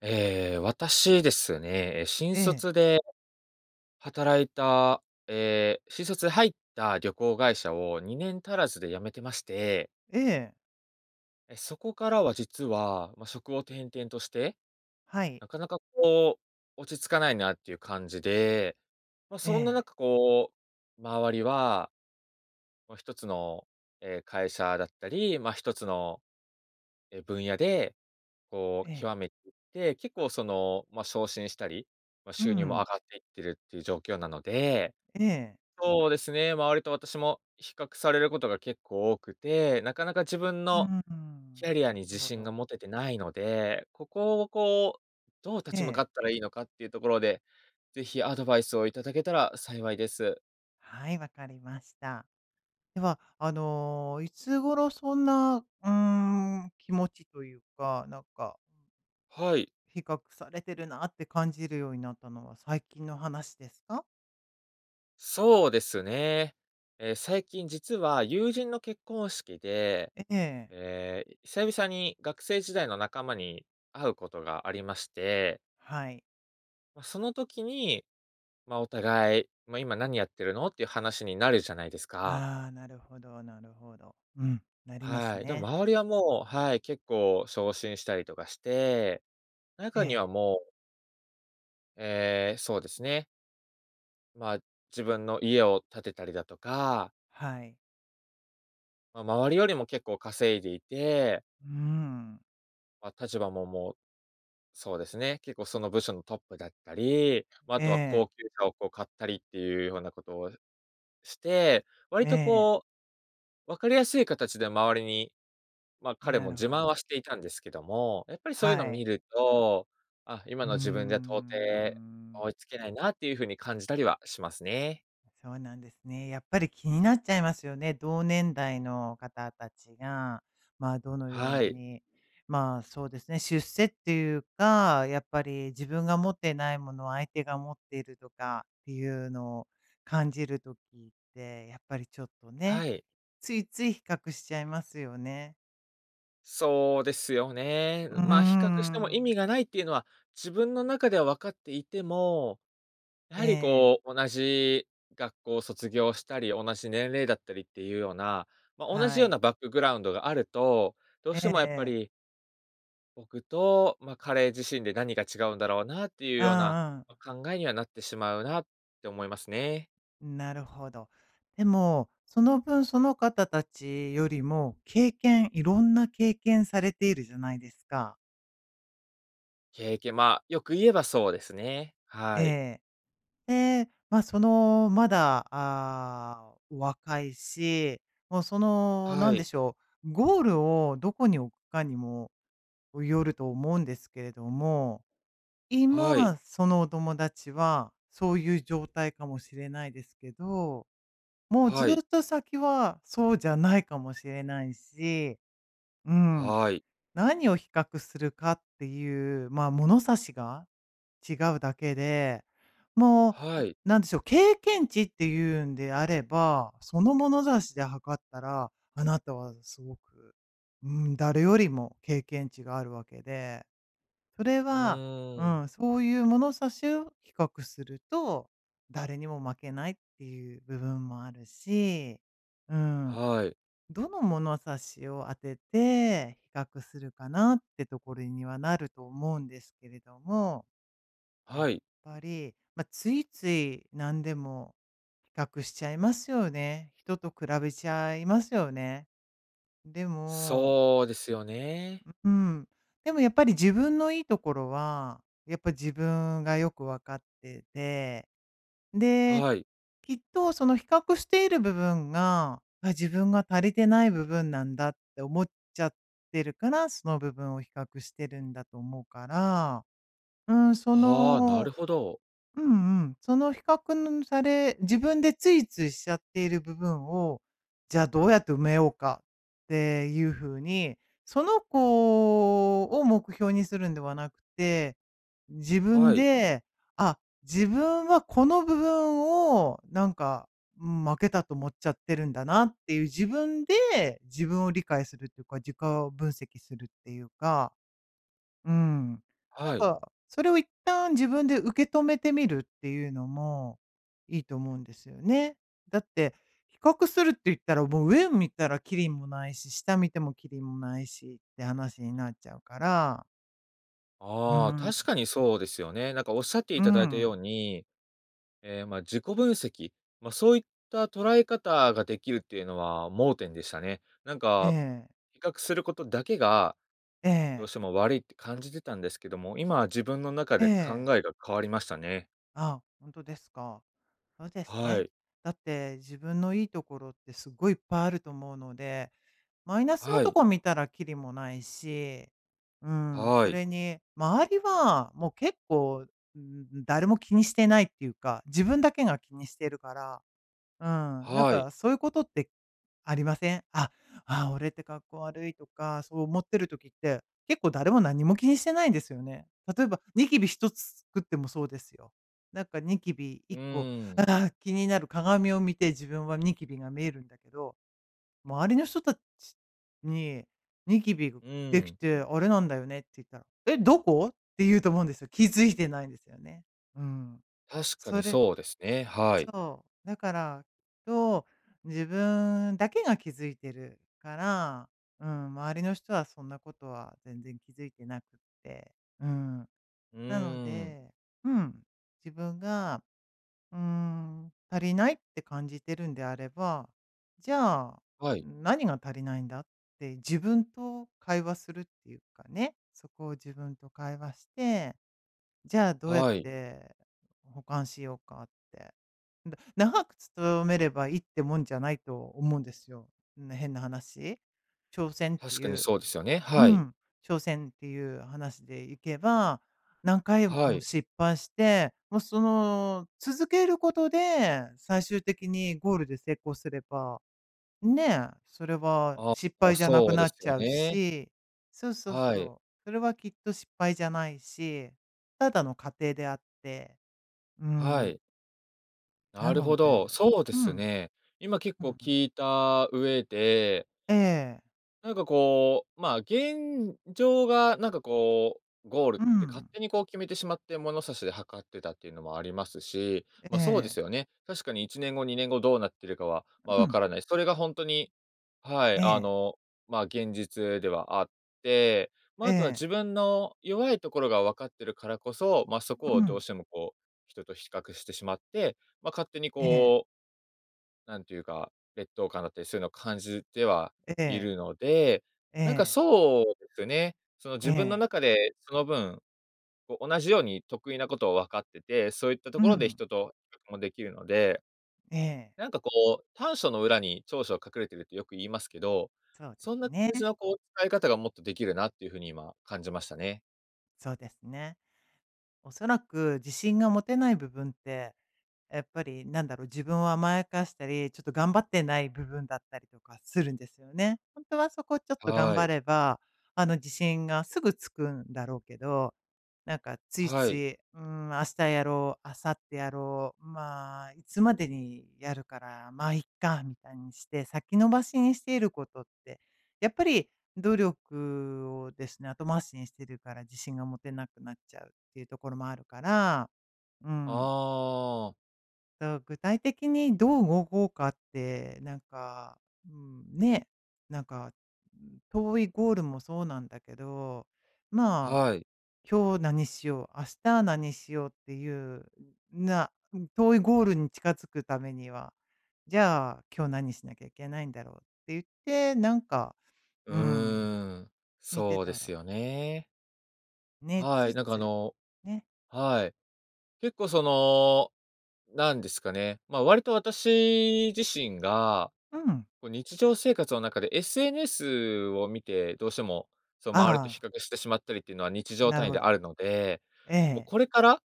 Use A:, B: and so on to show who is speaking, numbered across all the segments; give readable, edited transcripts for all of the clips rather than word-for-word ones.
A: ええ、私ですね、新
B: ええ、
A: 卒で働いた、えー新卒で入った旅行会社を2年足らずで辞めてまして、
B: ええ、
A: そこからは実は、まあ、職を転々として、
B: はい、
A: なかなかこう、落ち着かないなっていう感じで、まあ、
B: え
A: そんな
B: え、
A: 中こう、周りは、ま、一つの、会社だったり、まあ、一つの、分野でこう
B: ええ、
A: 極めていって、結構その、ま、昇進したり、ま、
B: う
A: 収入も上
B: ん、
A: がっていってるっていう状況なので、
B: ええ、
A: そうですね、周りと私も比較されることが結構多くて、なかなか自分
B: う
A: の
B: ん、な
A: キャリアに
B: る
A: 自
B: ほ
A: 信
B: ど。
A: が持ててないので、ここをこう、どう立
B: え
A: ち向か
B: え、
A: ったらいいのかっていうところで、ぜひアドバイスをいただけたら幸いです。
B: はい、わかりました。では、いつ頃そんな、気持ちというか、
A: はい、
B: 比較されてるなって感じるようになったのは最近の話ですか？
A: そうですね。ええ、最近実は友人の結婚式で、
B: ええ、
A: ええ、久々に学生時代の仲間に会うことがありまして、
B: はい。
A: まあ、その時に、まあ、お互い、まあ、今何やってるのっていう話になるじゃないですか。
B: ああ、なるほどなるほど。うん、なります
A: はい。でも
B: ね。
A: 周りはもう、はい、結構昇進したりとかして、
B: え
A: 中には
B: え、
A: もう、ええ、そうですね、まあ、自分の家を建てたりだとか、
B: はい。
A: まあ、周りよりも結構稼いでいて、
B: うん、
A: まあ、立場ももう、そうですね。結構その部署のトップだったり、まあ、あ
B: え
A: とは高
B: え、
A: 級車をこう買ったりっていうようなことをして、割
B: え
A: と
B: え、
A: こう、分かりやすい形で周りに、ま、彼
B: な
A: も
B: る
A: 自
B: ほ
A: 慢
B: ど。
A: はしていたんですけども、やっぱりそういうのを
B: は
A: 見
B: い。
A: ると、あ、今
B: うー
A: の自分では到底
B: ん。
A: 追いつけないなっていうふうに感じたりはしますね。
B: そうなんですね。やっぱり気になっちゃいますよね。同年代の方たちが、まあ、どのよ
A: は
B: う
A: い。
B: に、まあ、そうですね、出世っていうか、やっぱり自分が持ってないものを相手が持っているとかっていうのを感じる時って、やっぱりちょっと
A: は
B: ね、
A: い。
B: ついつい比較しちゃいますよね。
A: そうですよね。
B: うー
A: ま、あ、比較しても意味
B: ん。
A: がないっていうのは、自分の中では分かっていても、や
B: え
A: はり
B: え。
A: こう、同じ学校を卒業したり、同じ年齢だったりっていうような、まあ、同じ
B: は
A: ような
B: い。
A: バックグラウンドがあると、どう
B: え
A: して
B: え
A: もやっぱ
B: ええ。
A: り僕と、まあ、彼自身で何が違うんだろうなっていう
B: う
A: ような、
B: んうん。
A: ま、考えにはなってしまうなって思いますね。
B: なるほど。でも、その分その方たちよりも経験いろんな経験されているじゃないですか。
A: 経験、まあ、よく言えばそうですね。
B: え
A: はい。
B: え。で、ま、その、まだ、ああ、お若いし、もうその、な
A: は
B: んで
A: い。
B: しょう、ゴールをどこに置くかにもよると思うんですけれども、
A: はい。
B: 今、そのお友達はそういう状態かもしれないですけど、もうず
A: はい。
B: っと先はそうじゃないかもしれないし、うん、
A: はい。
B: 何を比較するかっていう、まあ、物差しが違うだけで、も
A: は
B: う、
A: い。
B: なんでしょう、経験値っていうんであれば、その物差しで測ったら、あなたはすごく、うん、誰よりも経験値があるわけで、それ
A: う
B: は、う
A: ーん。
B: ん、そういう物差しを比較すると、誰にも負けないっていう部分もあるし、うん。
A: はい。
B: どの物差しを当てて比較するかなってところにはなると思うんですけれども、やっ
A: はい。
B: ぱり、まあ、ついつい何でも比較しちゃいますよね。人と比べちゃいますよね。でも
A: そうですよね。
B: うん。でもやっぱり自分のいいところは、やっぱ自分がよく分かってて、で、
A: はい。
B: きっとその比較している部分が、あ、自分が足りてない部分なんだって思っちゃってるから、その部分を比較してるんだと思うから、うん、そ
A: ああ、なる
B: の
A: ほど。
B: うんうん。その比較のされ自分でついついしちゃっている部分を、じゃあどうやって埋めようかっていう風に、その子を目標にするんではなくて、自
A: は
B: 分
A: い、
B: で、あ、自分はこの部分をうん、負けたと思っちゃってるんだなっていう自分で自分を理解するっていうか、自己分析するっていうかうん。
A: はい。
B: それを一旦自分で受け止めてみるっていうのもいいと思うんですよね。だって、比較するって言ったら、もう上見たらキリもないし、下見てもキリもないしって話になっちゃうから。う
A: ああ、確
B: ん。
A: かにそうですよね。なんかおっしゃってい
B: う
A: ただいたよ
B: ん。
A: うに、ええ、ま、あ自己分析、ま、あそういった捉え方ができるっていうのは盲点でしたね。なん
B: え
A: か、
B: え、
A: 比較することだけが、
B: え
A: どう
B: え、
A: しても悪いって感じてたんですけども、今は自分の中
B: え
A: で考
B: え。
A: えが変わりましたね。
B: あ、本当ですか。そうです
A: は
B: ね。
A: い、
B: だって自分のいいところってすごいいっぱいあると思うのでマイナスの
A: は
B: と
A: い、
B: こ見たらキリもないし、うん、
A: は
B: そ
A: い、
B: れに周りはもう結構、ん、誰も気にしてないっていうか、自分だけが気にしてるから、うん、なん
A: はい。
B: かそういうことってありません？あ、ああ俺って格好悪いとか、そう思ってる時って、結構誰も何も気にしてないんですよね。例えばニキビ一つ作ってもそうですよ。ニキビ
A: うー
B: 一個、あ
A: ん、
B: ー気になる鏡を見て自分はニキビが見えるんだけど周りの人たちにニキビ
A: うー
B: でき
A: ん。
B: て、あれなんだよねって言ったら、え、どこ？って言うと思うんですよ。気づいてないんですよね。うん。
A: 確か
B: そ
A: に
B: れ
A: そうですね、はい。
B: そう。だから、きっと、自分だけが気づいてるから、うん、周りの人はそんなことは全然気づいてなくって。うん。
A: う
B: なの
A: ーん。
B: で、うん、自分がうーん、足りないって感じてるんであれば、じゃあ、
A: はい、
B: 何が足りないんだって自分と会話するっていうかね、そこを自分と会話して、じゃあどうやっ
A: はい。
B: て補完しようかって。長く勤めればいいってもんじゃないと思うんですよ。ん、変な話。挑戦って
A: 確か
B: い
A: に
B: う
A: そうですよね、
B: う
A: はい、
B: ん、挑戦っていう話でいけば、何回
A: は
B: も
A: い。
B: 失敗して、もうその続けることで、最終的にゴールで成功すれば、ねえ、それは
A: あ
B: 失
A: あ、
B: 敗じゃなく
A: そうで
B: なっ
A: す
B: ち
A: よ
B: ゃう
A: ね。
B: し、そうそう
A: はい。
B: そう、それはきっと失敗じゃないし、ただの過程であって、う
A: は
B: ん、
A: い。な
B: な
A: る
B: の
A: ほど、
B: で、
A: そうで
B: うん、
A: すね。今結
B: う
A: 構聞い
B: ん、
A: た上で
B: ええ、
A: なんかこう、まあ、現状がなんかこう、ゴールっ
B: う
A: て勝
B: ん、
A: 手にこう決めてしまって物差しで測ってたっていうのもありますし、
B: え
A: ま、そうで
B: え、
A: すよね。確かに1年後、2年後どうなってるかは、ま、
B: う
A: わ
B: ん、
A: からない。それが本当に、はい、
B: え
A: あ
B: え、
A: の、まあ、現実ではあって、ま、あ
B: え
A: あとは
B: え、
A: 自分の弱いところが分かってるからこそ、ま、そこ
B: う
A: をどう
B: ん、
A: してもこう、人と比較してしまって、ま、勝手に
B: ええ、
A: こう、なんていうか、劣等感だったりそういうのを感じては
B: え
A: い
B: え。
A: るので、
B: え
A: なんか
B: え、
A: そうですね、その
B: え
A: 自分の
B: え、
A: 中でその分、こう同じように得意なことを分かってて、そういったと
B: う
A: ころで
B: ん、
A: 人と比較もできるので、
B: ええ、
A: なんかこう、短所の裏に長所が隠れてるってよく言いますけど、
B: そうで
A: そ
B: す
A: んな感じ
B: ね。
A: のこう使い方がもっとできるなっていう風に今感じましたね。
B: そうですね。おそらく自信が持てない部分って、やっぱりなんだろう、自分を甘やかしたり、ちょっと頑張ってない部分だったりとかするんですよね。本当はそこをちょっと頑
A: は
B: 張
A: い。
B: れば、あの自信がすぐつくんだろうけど、なんかつい
A: は
B: つ
A: い。
B: い、うん、明日やろう、明後日やろう、まあ、いつまでにやるから、まあ、いっか、みたいにして、先延ばしにしていることって、やっぱり努力をですね、後回しにしてるから自信が持てなくなっちゃうっていうところもあるから、うん、
A: ああ、
B: と、具体的にどう動こうかって、うん、ね、なんか、うん、遠いゴールもそうなんだけど、まあ、
A: はい。
B: 今日何しよう、明日何しようっていう、な遠いゴールに近づくためには、じゃあ、今日何しなきゃいけないんだろうって言って、なんか、
A: う
B: うん、
A: ーん、
B: 見て
A: そうで
B: た
A: す
B: ら、
A: よね。
B: ね、
A: は
B: つ
A: い、
B: い
A: なんかあ
B: つい、
A: の、
B: ね、
A: はい。結構その、なんですかね、ま、割と私自身が、
B: うん、
A: こう日常生活の中で SNS を見て、どうしても、その周りと比
B: ああ、
A: 較してしまったりっていうのは日常
B: なる
A: 単位で
B: ほ
A: あ
B: ど。
A: るので、
B: え
A: もう
B: え、
A: これから、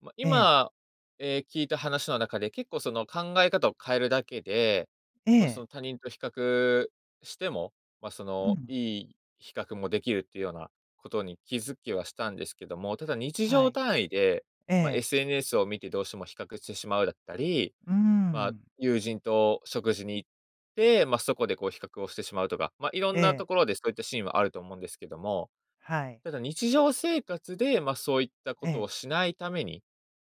A: まあ、
B: ええ、
A: 今、聞いた話の中で、結構その考え方を変えるだけで、
B: え
A: まあ、そ
B: え、
A: の他人と比較しても、まあ、そ
B: う
A: の、
B: ん、
A: いい比較もできるっていうようなことに気づきはしたんですけども、ただ日
B: は
A: 常
B: い。
A: 単位で、
B: え
A: まあ、
B: え、
A: SNS を見てどうしても比較してしまうだったり、
B: うー
A: まあ、
B: ん、
A: 友人と食事に行って、まあ、そこでこう比較をしてしまうとか、まあ、いろ
B: え
A: んなと
B: え、
A: ころでそういったシーンはあると思うんですけども、
B: はい、
A: ただ日常生活で、まあ、そういったこ
B: え
A: とを
B: え、
A: しないために、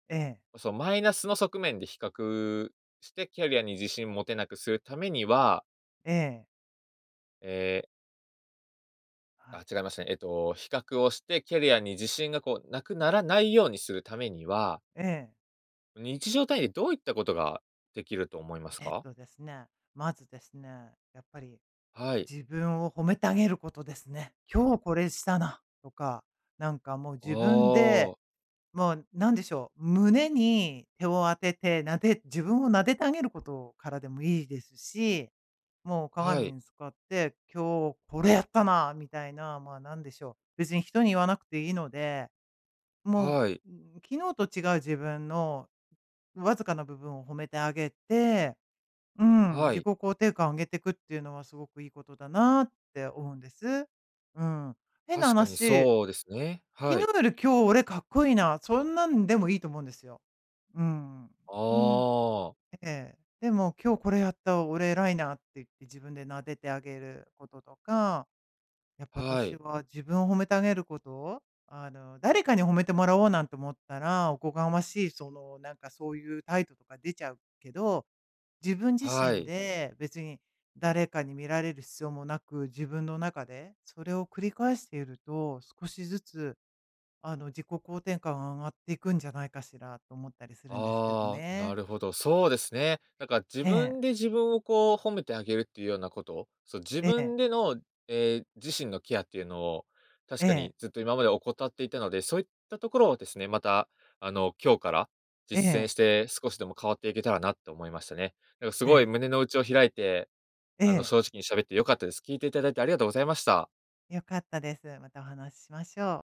B: ええ、
A: そう、マイナスの側面で比較して、キャリアに自信持てなくするためには、
B: ええ、
A: えー
B: は
A: あ、
B: い、
A: 違いましたね。比較をして、キャリアに自信がこう、なくならないようにするためには、
B: ええ。
A: 日常単位でどういったことができると思います
B: えっ
A: か？
B: とですね、まずですね、やっぱり
A: はい。
B: 自分を褒めてあげることですね。今日これしたなとか、なんかもう
A: あ
B: 自分で、
A: あ、
B: もうなんでしょう、胸に手を当てて、自分を撫でてあげることからでもいいですし、もう
A: は
B: 鏡
A: い、
B: に使って、今日これやったなみたいな、まあなんでしょう、別に人に言わなくていいので、も
A: はい、
B: う、うん、昨日と違う自分のわずかな部分を褒めてあげて、うん、
A: は
B: 自己
A: い。
B: 肯定感を上げていくっていうのはすごくいいことだなって思うんです。うん。変な
A: 確かに
B: 話、
A: そうですね。
B: 昨
A: はい。
B: 日より今日俺かっこいいな、そんなんでもいいと思うんですよ。うん。うん、
A: ああ、
B: ええ。でも今日これやった、俺偉いなって言って自分で撫でてあげることとかやっぱ
A: は
B: 私
A: い、
B: は自分を褒めてあげることを、あの、誰かに褒めてもらおうなんて思ったら、おこがましい、その、なんかそういう態度とか出ちゃうけど、自分自
A: は
B: 身
A: い。
B: で別に誰かに見られる必要もなく、自分の中でそれを繰り返していると、少しずつ、あの、自己肯定感が上がっていくんじゃないかしらと思ったりするんですけど
A: ああ、な
B: ね。
A: るほど、そうですね。なんか自
B: ええ、
A: 分で自分をこう褒めてあげるっていうようなこと、そう、自
B: ええ、
A: 分での、ええ、自身のケアっていうのを、確
B: え
A: か
B: え、
A: にずっと今まで怠っていたので、そういったところをですね、また、あの、今日から
B: え
A: 実践
B: え、
A: して、少しでも変わっていけたらなって思いましたね。なんかす
B: え
A: ごい
B: え、
A: 胸の内を開いて、
B: え
A: あの、
B: え。
A: 正直に喋って良かったです。聞いていただいてありがとうございました。
B: よかったです。またお話ししましょう。